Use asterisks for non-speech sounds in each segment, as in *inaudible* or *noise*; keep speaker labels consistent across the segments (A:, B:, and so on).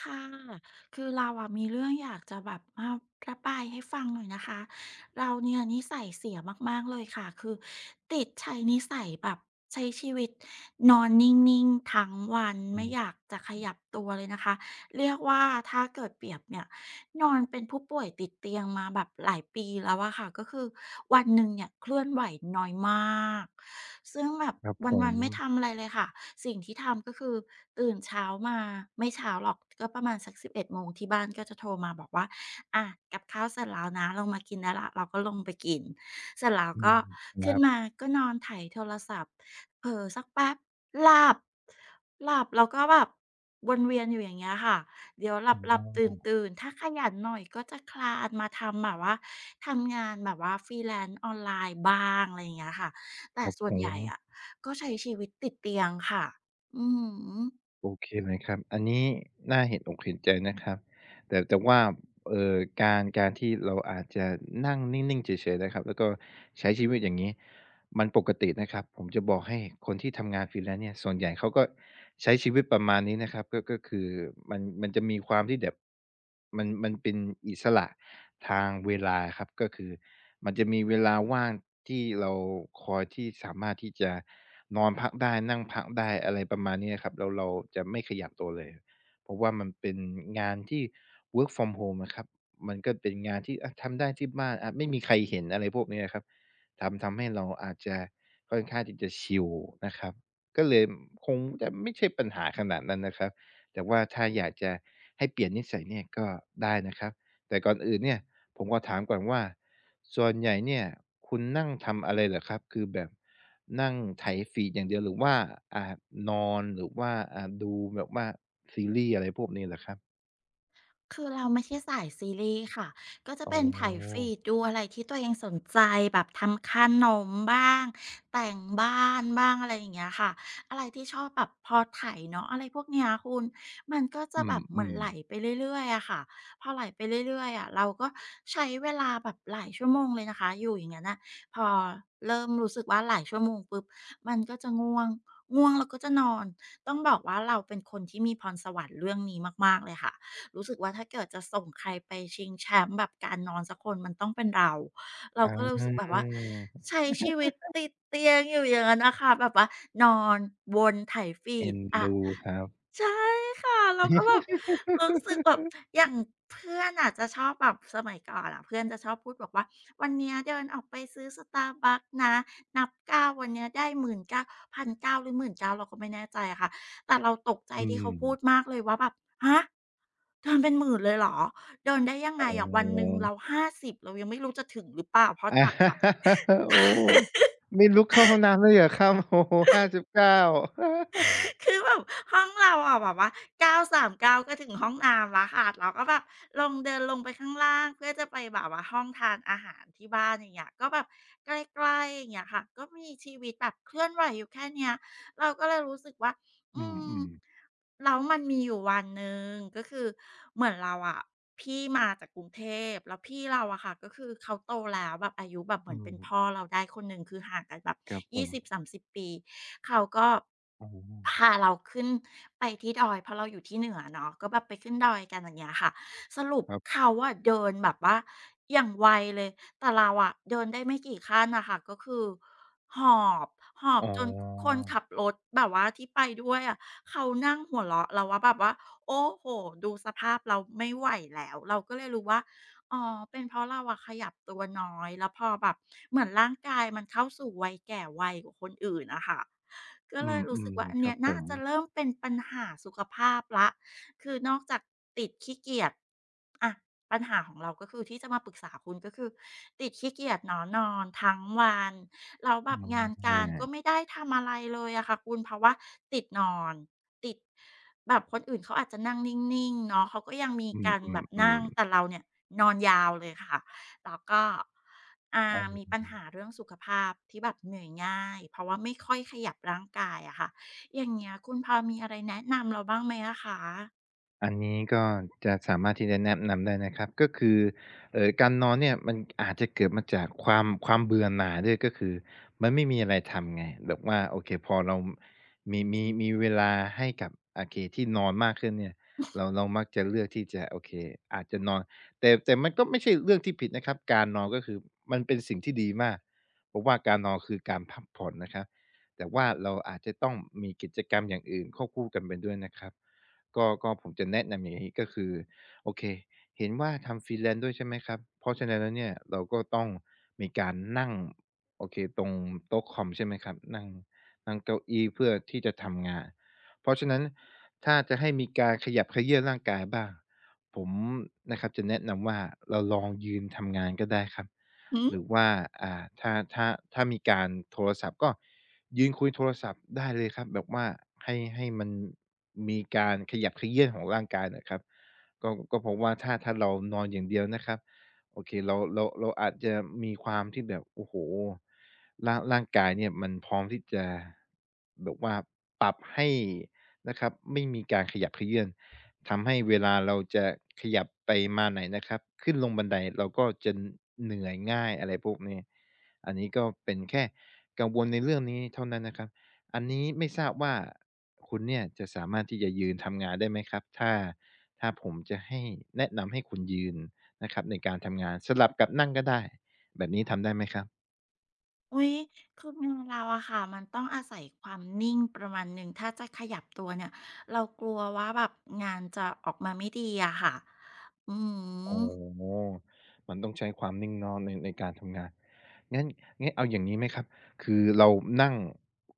A: ค่ะ คือเราอะมีเรื่องอยากจะแบบมาระบายให้ฟังหน่อยนะคะ เราเนี่ยนิสัยเสียมากๆเลยค่ะ คือติดใช้นิสัยแบบใช้ชีวิตนอนนิ่งๆทั้งวัน
B: อื
A: ไม่อ
B: ม
A: ยากจะขยับตัวเลยนะคะ เรียกว่าถ้าเกิดเปรียบเนี่ยนอนเป็นผู้ป่วยติดเตียงมาแบบหลายปีแล้วอะค่ะ ก็คือวันหนึ่งเนี่ยเคลื่อนไหวน้อยมากซึ่งแบบ
B: ครับ
A: ว
B: ผ
A: ั
B: ม
A: นๆไม่ทำอะไรเลยค่ะ สิ่งที่ทำก็คือตื่นเช้ามาไม่เช้าหรอกก็ประมาณสัก1ดโมงที่บ้านก็จะโทรมาบอกว่าอะกับข้าวเสร็จแล้วนะลงมากินได้ละเราก็ลงไปกินเสร็จแล้ว
B: อืม
A: ก็
B: ค
A: ขึ้
B: รั
A: นมา
B: บ
A: ก็นอนไถโทรศัพท์เผลอสักแป๊บหลับหลับแล้วก็แบบวนเวียนอยู่อย่างเงี้ยค่ะเดี๋ยวหลั
B: อ๋
A: บหลับตื่น
B: อ
A: ตื่นถ้าขยันหน่อยก็จะคลานมาทำแบบว่าทำงานแบบว่าฟรีแลนซ์ออนไลน์บ้างอะไรอย่างเงี้ยค่ะ
B: ค
A: แต่
B: รับ
A: ส่ว
B: ผ
A: นให
B: ม
A: ญ่อะ ก็ใช้ชีวิตติดเตียงค่ะ อือหือ
B: โอเคเลยครับอันนี้น่าเห็นอกเห็นใจนะครับแต่ว่าเอ่อการที่เราอาจจะนั่งนิ่งๆเฉยๆนะครับแล้วก็ใช้ชีวิตอย่างงี้มันปกตินะครับผมจะบอกให้คนที่ทำงาน Freelance เนี่ยส่วนใหญ่เขาก็ใช้ชีวิตประมาณนี้นะครับก็คือมันจะมีความที่แบบมันเป็นอิสระทางเวลาครับก็คือมันจะมีเวลาว่างที่เราคอยที่สามารถที่จะ นอนพักได้นั่งพักได้อะไรประมาณนี้ครับเราจะไม่ขยับตัวเลยเพราะว่ามันเป็นงานที่ work from home อะครับมันก็เป็นงานที่อาทำได้ที่บ้านอาไม่มีใครเห็นอะไรพวกนี้อะครับทำให้เราอาจจะค่อนข้างที่จะชิลนะครับก็เลยคงจะไม่ใช่ปัญหาขนาดนั้นนะครับแต่ว่าถ้าอยากจะให้เปลี่ยนนิสัยเนี่ยก็ได้นะครับแต่ก่อนอื่นเนี่ยผมขอถามก่อนว่าส่วนใหญ่เนี่ยคุณนั่งทำอะไรเหรอครับคือแบบ นั่งไถฟีดอย่างเดียวหรือว่าอ่านอนหรือว่าดูแบบว่าซีรีส์อะไรพวกนี้เหรอครับ
A: คือเราไม่ใช่สายซีรีส์ค่ะ ก็จะ
B: อ๋อ
A: เป็นไถฟีดดูอะไรที่ตัวเองสนใจแบบทำขนมบ้างแต่งบ้านบ้างอะไรอย่างเงี้ยค่ะอะไรที่ชอบแบบพอไถเนาะอะไรพวกเนี้ยคุณมันก็จะ
B: อื
A: แบบเหมือน
B: ม
A: ไหล
B: ๆ
A: ไปเรื่อยๆอะค่ะพอไหลไปเรื่อยๆอะเราก็ใช้เวลาแบบหลายชั่วโมงเลยนะคะอยู่อย่างงั้นนะพอเริ่มรู้สึกว่าหลายชั่วโมงปุ๊บมันก็จะง่วงง่วงแล้วก็จะนอนต้องบอกว่าเราเป็นคนที่มีพรสวรรค์เรื่องนี้มากๆเลยค่ะ รู้สึกว่าถ้าเกิดจะส่งใครไปชิงแชมป์แบบการนอนสักคนมันต้องเป็นเราเรา
B: อ
A: ก็เลยรู้สึกแบบ
B: า
A: ว่าใช้ชีวิตติดเตียงอยู่อย่างนั้นน่ะค่ะแบบว่านอนวนไถฟี
B: เอ็
A: ด
B: น
A: อะ
B: ดูครับ
A: ใช่ค่ะเราก็แบบรู้สึกแบบอย่างเพื่อนอะจะชอบแบบสมัยก่อนอะเพื่อนจะชอบพูดบอกว่าวันเนี้ยเดินออกไปซื้อ Starbucks นะนับเก้าวันเนี้ยได้1า0ันเ9 0 0หรือ 19,000" เก้าเราก็ไม่แน่ใจอะค่ะแต่เราตกใจ
B: อื
A: ที่เขา
B: ม
A: พูดมากเลยว่าแบบฮะ เดินเป็นหมื่นเลยเหรอเดินได้ยัง
B: อ๋
A: ไงอะวันหนึ่ง
B: อ
A: เรา50เรายังไม่รู้จะถึงหรือเปล่าเพราะ
B: อา
A: จากแบบ
B: *laughs* โอ้ไม่ลุกเข้าห้องน้ำเลยเหรอครับ *laughs* โอ้โฮห้าสิบเก้า *laughs*
A: *laughs* คือแบบห้องเราอะแบบว่า939กาวก็ถึงห้องน้ำแล้วค่ะเราก็แบบลงเดินลงไปข้างล่างเพื่อจะไปแบบว่าห้องทานอาหารที่บ้านอย่างเงี้ยก็แบบใกล้ๆอย่างเงี้ยค่ะก็มีชีวิตแบบเคลื่อนไหวอยู่แค่เนี้ยเราก็เลยรู้สึกว่า
B: อื
A: อืม
B: มๆ
A: แล้วมันมีอยู่วันหนึ่งก็คือเหมือนเราอะพี่มาจากกรุงเทพแล้วพี่เราอะค่ะก็คือเขาโตแล้วแบบอายุแบบเห
B: อื
A: มือนเป็นพ่อ
B: ม
A: เราได้คนหนึ่งคือห่างกันแบบ
B: ครับผม
A: 20-30ปีเขาก็
B: อ๋อ
A: พาเราขึ้นไปที่ดอยเพราะเราอยู่ที่เหนือเนาะก็แบบไปขึ้นดอยกันอย่างเงี้ยค่ะ สรุป
B: ครับ
A: เขาอะเดินแบบว่าอย่างไวเลย แต่เราอะเดินได้ไม่กี่ขั้นน่ะค่ะก็คือหอบหอบ
B: อ๋อ
A: จนคนขับรถแบบว่าที่ไปด้วยอะเขานั่งหัวเราะเราว่าแบบว่าโอ้โฮดูสภาพเราไม่ไหวแล้วเราก็เลยรู้ว่าอ๋อเป็นเพราะเราอะขยับตัวน้อยแล้วพอแบบเหมือนร่างกายมันเข้าสู่วัยแก่ไวกว่าคนอื่นน่ะค่ะก็
B: อื
A: เลยรู้สึก
B: ม
A: ว่าอัน
B: ๆค
A: เนี้
B: รับ
A: ย
B: ผ
A: น่า
B: ม
A: จะเริ่มเป็นปัญหาสุขภาพแล้วคือนอกจากติดขี้เกียจ อะปัญหาของเราก็คือที่จะมาปรึกษาคุณก็คือติดขี้เกียจเนอะนอนทั้งวันแล้วแบบงาน
B: อา
A: การก็ไม่ได้ทำอะไรเลยอะค่ะคุณเพราะว่าติดนอนติดแบบคนอื่นเขาอาจจะนั่งนิ่งๆเนาะเขาก็ยังมี
B: อื
A: การแบบนั่ง
B: ม
A: แต่
B: ๆ
A: เราเนี่ยนอนยาวเลยค่ะแล้วก็อ่า
B: ๆอ๋
A: มี
B: อ
A: ปัญหาเรื่องสุขภาพที่แบบเหนื่อยง่ายเพราะว่าไม่ค่อยขยับร่างกายอะค่ะอย่างเงี้ยคุณพอมีอะไรแนะนำเราบ้างไหมอะคะ
B: อันนี้ก็จะสามารถที่จะแนะนำได้นะครับก็คือการนอนเนี่ยมันอาจจะเกิดมาจากความเบื่อหน่ายด้วยก็คือมันไม่มีอะไรทำไงแบบว่าโอเคพอเรามีเวลาให้กับโอเคที่นอนมากขึ้นเนี่ยเรามักจะเลือกที่จะโอเคอาจจะนอนแต่มันก็ไม่ใช่เรื่องที่ผิดนะครับการนอนก็คือมันเป็นสิ่งที่ดีมากเพราะว่าการนอนคือการพักผ่อนนะครับแต่ว่าเราอาจจะต้องมีกิจกรรมอย่างอื่นควบคู่กันไปด้วยนะครับ ก็ผมจะแนะนำอย่างนี้ก็คือโอเคเห็นว่าทำ freelance ด้วยใช่ไหมครับเพราะฉะนั้นแล้วเนี่ยเราก็ต้องมีการนั่งโอเคตรงโต๊ะคอมใช่ไหมครับนั่งนั่งเก้าอี้เพื่อที่จะทำงานเพราะฉะนั้นถ้าจะให้มีการขยับเขยื้อนร่างกายบ้างผมนะครับจะแนะนำว่าเราลองยืนทำงานก็ได้ครับ หรือว่าอ่าถ้าถ้าถ้ามีการโทรศัพท์ก็ยืนคุยโทรศัพท์ได้เลยครับแบบว่าให้มันมีการขยับเขยื้อนของร่างกายหน่อยครับก็เพราะว่าถ้าเรานอนอย่างเดียวนะครับโอเคเราอาจจะมีความที่แบบโอ้โฮร่างกายเนี่ยมันพร้อมที่จะแบบว่าปรับให้นะครับไม่มีการขยับเขยื้อน ทำให้เวลาเราจะขยับไปมาไหนนะครับขึ้นลงบันไดเราก็จะเหนื่อยง่ายอะไรพวกนี้อันนี้ก็เป็นแค่กังวลในเรื่องนี้เท่านั้นนะครับอันนี้ไม่ทราบว่าคุณเนี่ยจะสามารถที่จะยืนทำงานได้ไหมครับถ้าผมจะให้แนะนำให้คุณยืนนะครับในการทำงานสลับกับนั่งก็ได้แบบนี้ทำได้ไหมครับ
A: อุ๊ยคือมือเราอะค่ะ มันต้องอาศัยความนิ่งประมาณหนึ่งถ้าจะขยับตัวเนี่ย เรากลัวว่าแบบงานจะออกมาไม่ดีอะค่ะ อือ
B: โอ้
A: ฮึ
B: มันต้องใช้ความนิ่งนอนในการทำงานงั้นงั้นเอาอย่างงี้ไหมครับคือเรานั่ง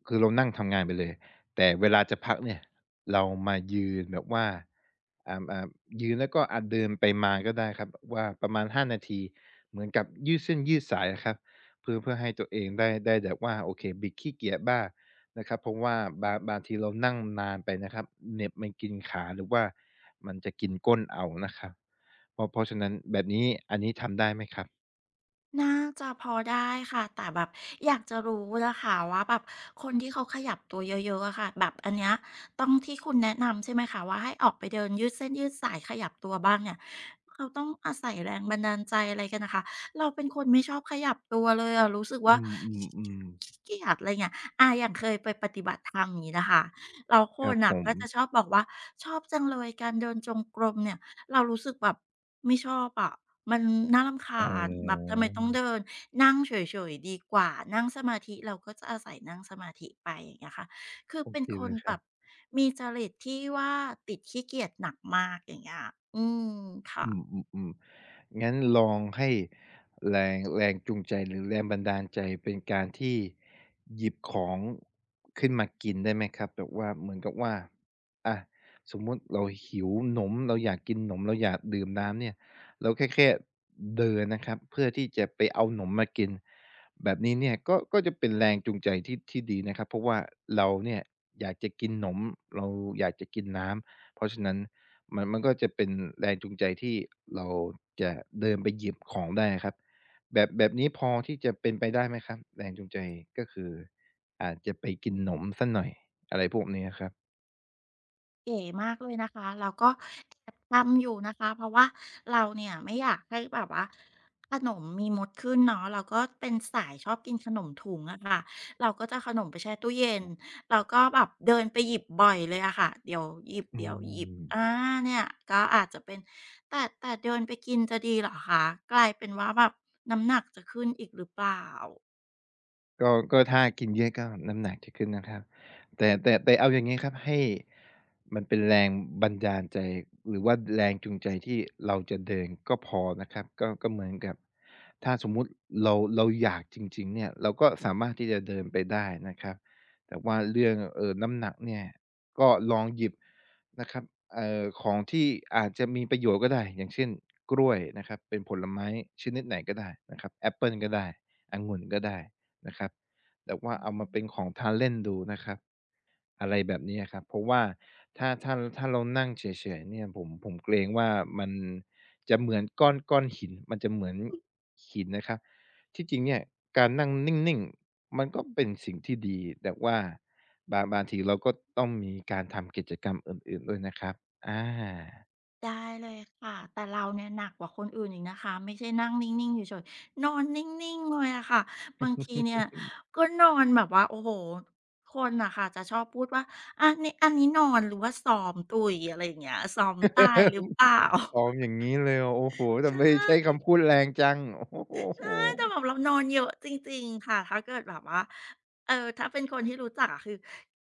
B: คือเรานั่งทำงานไปเลย แต่เวลาจะพักเนี่ยเรามายืนแบบว่าอ่าอ่ายืนแล้วก็เดินไปมาก็ได้ครับว่าประมาณ5นาทีเหมือนกับยืดเส้นยืดสายอะครับเพื่อให้ตัวเองได้แบบว่าโอเคบิดขี้เกียจบ้างนะครับเพราะว่าบางทีเรานั่งนานไปนะครับเหน็บมันกินขาหรือว่ามันจะกินก้นเอานะครับ เพราะฉะนั้นแบบนี้อันนี้ทำได้ไหมครับ
A: น่าจะพอได้ค่ะแต่แบบอยากจะรู้นะคะว่าแบบคนที่เขาขยับตัวเยอะๆอะค่ะแบบอันเนี้ยต้องที่คุณแนะนำใช่ไหมคะว่าให้ออกไปเดินยืดเส้นยืดสายขยับตัวบ้างเนี่ยเขาต้องอาศัยแรงบันดาลใจอะไรกันนะคะเราเป็นคนไม่ชอบขยับตัวเลยอะรู้สึก
B: อื
A: ว่าขี้
B: มๆ
A: ขี้
B: ๆ
A: เกียจอะไรเงี้ยอาอย่างเคยไปปฏิบัติธรรมอย่างนี้นะคะเราค
B: ครั
A: น
B: บผ
A: น่ะ
B: ม
A: ก็จะชอบบอกว่าชอบจังเลยการเดินจงกรมเนี่ย เรารู้สึกแบบไม่ชอบอะมันน่ารำ
B: อ๋
A: คาญ แบบ
B: อ
A: ทำไมต้องเดิน นั่งเฉยๆดีกว่านั่งสมาธิ เราก็จะอาศัยนั่งสมาธิไปอย่างเงี้ยค่ะ คือ
B: โอ
A: เป็น
B: เค
A: ค
B: เล
A: น
B: ยค
A: แบ
B: รับ
A: บมีจริตที่ว่าติดขี้เกียจหนักมากอย่างเงี้ยอืมค่ะ
B: อืมงั้นลองให้แรงแรงจูงใจหรือแรงบันดาลใจเป็นการที่หยิบของขึ้นมากินได้ไหมครับแบบว่าเหมือนกับว่าอ่ะสมมุติเราหิวหนมเราอยากกินหนมเราอยากดื่มน้ำเนี่ยเราแค่เดินนะครับเพื่อที่จะไปเอาหนมมากินแบบนี้เนี่ยก็จะเป็นแรงจูงใจที่ดีนะครับเพราะว่าเราเนี่ยอยากจะกินหนมเราอยากจะกินน้ำเพราะฉะนั้น มันก็จะเป็นแรงจูงใจที่เราจะเดินไปหยิบของได้ครับแบบนี้พอที่จะเป็นไปได้ไหมครับแรงจูงใจก็คืออาจจะไปกินหนมสักหน่อยอะไรพวกนี้ะครับ
A: เก๋มากเลยนะคะแล้วก็แอบทำอยู่นะคะเพราะว่าเราเนี่ยไม่อยากให้แบบว่าขนมมีมดขึ้นเนาะเราก็เป็นสายชอบกินขนมถุงอะค่ะเราก็จะเอาขนมไปแช่ตู้เย็นเราก็แบบเดินไปหยิบบ่อยเลยอะค่ะเดี๋ยวหยิบ
B: อื
A: เดี๋ยวหยิบอา
B: ม
A: เนี่ยก็อาจจะเป็นแต่เดินไปกินจะดีเหรอคะกลายเป็นว่าแบบน้ำหนักจะขึ้นอีกหรือเปล่า
B: ก็ถ้ากินเยอะก็น้ำหนักจะขึ้นนะครับแต่เอาอย่างงี้ครับให้มันเป็นแรงบันดาลใจหรือว่าแรงจูงใจที่เราจะเดินก็พอนะครับก็เหมือนกับถ้าสมมุติเราอยากจริงๆเนี่ยเราก็สามารถที่จะเดินไปได้นะครับแต่ว่าเรื่องน้ำหนักเนี่ยก็ลองหยิบนะครับของที่อาจจะมีประโยชน์ก็ได้อย่างเช่นกล้วยนะครับเป็นผลไม้ชนิดไหนก็ได้นะครับแอปเปิลก็ได้องุ่นก็ได้ นะครับแต่ว่าเอามาเป็นของทานเล่นดูนะครับอะไรแบบนี้อะครับเพราะว่าถ้าเรานั่งเฉยๆเนี่ยผมเกรงว่ามันจะเหมือนก้อนหินมันจะเหมือนหินนะครับที่จริงเนี่ยการนั่งนิ่งๆมันก็เป็นสิ่งที่ดีแต่ว่าบางทีเราก็ต้องมีการทำกิจกรรมอื่นๆด้วยนะครับอา *laughs*
A: ได้เลยค่ะแต่เราเนี่ยหนักกว่าคนอื่นอีกนะคะไม่ใช่นั่งนิ่งๆเฉยๆนอนนิ่งๆเลยอะค่ะบางทีเนี่ยก็นอนแบบว่าโอ้โหคนอ่ะค่ะจะชอบพูดว่าอันนี้นอนหรือว่าซ้อมตุยอะไรอย่างเงี้ยซ้อมตายหรือเปล่า
B: อ๋ออ
A: *laughs*
B: ย่างงี้เลยเหรอโอ้โฮ
A: ใช
B: ทำไมใช้
A: ่
B: คำพูดแรงจังโอ้โฮ
A: ใช่แต่แบบเรานอนเยอะจริงๆค่ะถ้าเกิดแบบว่าเออถ้าเป็นคนที่รู้จักอะคือ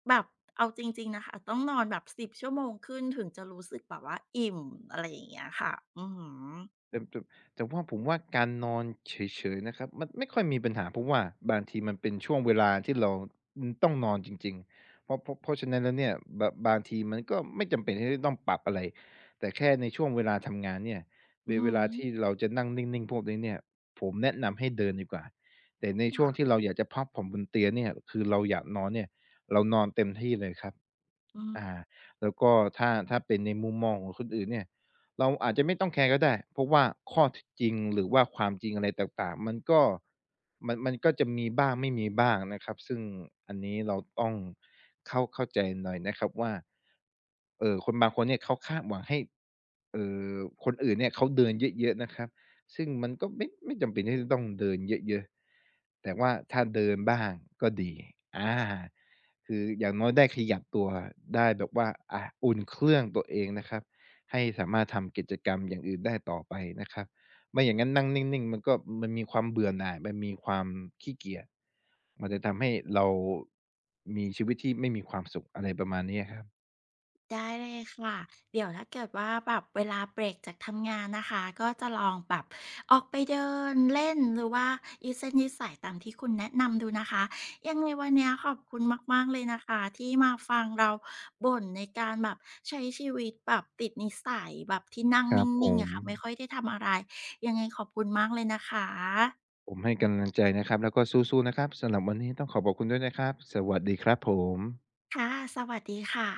A: แบบเอาจริงๆนะคะต้องนอนแบบ10 ชั่วโมงขึ้นถึงจะรู้สึกแบบว่าอิ่มอะไรอย่างเงี้ยค่ะอือหือ
B: แต่แต่ว่าผมว่าการนอนเฉยๆนะครับมันไม่ค่อยมีปัญหาเพราะว่าบางทีมันเป็นช่วงเวลาที่เราอืมต้องนอนจริงๆเพราะฉะนั้นแล้วเนี่ยบบางทีมันก็ไม่จำเป็นที่จะต้องปรับอะไรแต่แค่ในช่วงเวลาทำงานเนี่ยเว
A: อื
B: เวลาที่
A: ม
B: เราจะนั่งนิ่งๆพวกนี้เนี่ยผมแนะนำให้เดินดีกว่าแต่ในช่วง
A: ค่ะ
B: ที่เราอยากจะพักผ่อนบนเตียงเนี่ยคือเราอยากนอนเนี่ยเรานอนเต็มที่เลยครับ
A: อืม
B: อาแล้วก็ถ้าเป็นในมุมมองของคนอื่นเนี่ย เราอาจจะไม่ต้องแคร์ก็ได้ เพราะว่าข้อเท็จจริงหรือว่าความจริงอะไรต่างๆมันก็มันก็จะมีบ้างไม่มีบ้างนะครับซึ่งอันนี้เราต้องเข้าใจหน่อยนะครับว่าคนบางคนเนี่ยเขาคาดหวังให้เอ่อคนอื่นเนี่ยเขาเดินเยอะๆนะครับซึ่งมันก็ไม่จำเป็นที่จะต้องเดินเยอะๆแต่ว่าถ้าเดินบ้างก็ดีอาคืออย่างน้อยได้ขยับตัวได้แบบว่าอะอุ่นเครื่องตัวเองนะครับ ให้สามารถทำกิจกรรมอย่างอื่นได้ต่อไปนะครับไม่อย่างงั้นนั่งนิ่งๆมันก็มันมีความเบื่อหน่ายมันมีความขี้เกียจมันจะทำให้เรามีชีวิตที่ไม่มีความสุขอะไรประมาณนี้อะครับ
A: ได้เลยค่ะเดี๋ยวถ้าเกิดว่าแบบเวลาเบรกจากทำงานนะคะก็จะลองแบบออกไปเดินเล่นหรือว่ายืดเส้นยืดสายตามที่คุณแนะนำดูนะคะยังไงวันเนี้ยขอบคุณมากๆเลยนะคะที่มาฟังเราบ่นในการแบบใช้ชีวิตแบบติดนิสัยแบบที่นั่ง
B: ครับผ
A: นิ่งๆ
B: ม
A: อะค่ะไม่ค่อยได้ทำอะไรยังไงขอบคุณมากเลยนะคะ
B: ให้กำลังใจนะครับแล้วก็สู้ๆนะครับสำหรับวันนี้ต้องขอบคุณด้วยนะครับสวัสดีครับผม
A: ค่ะสวัสดีค่ะ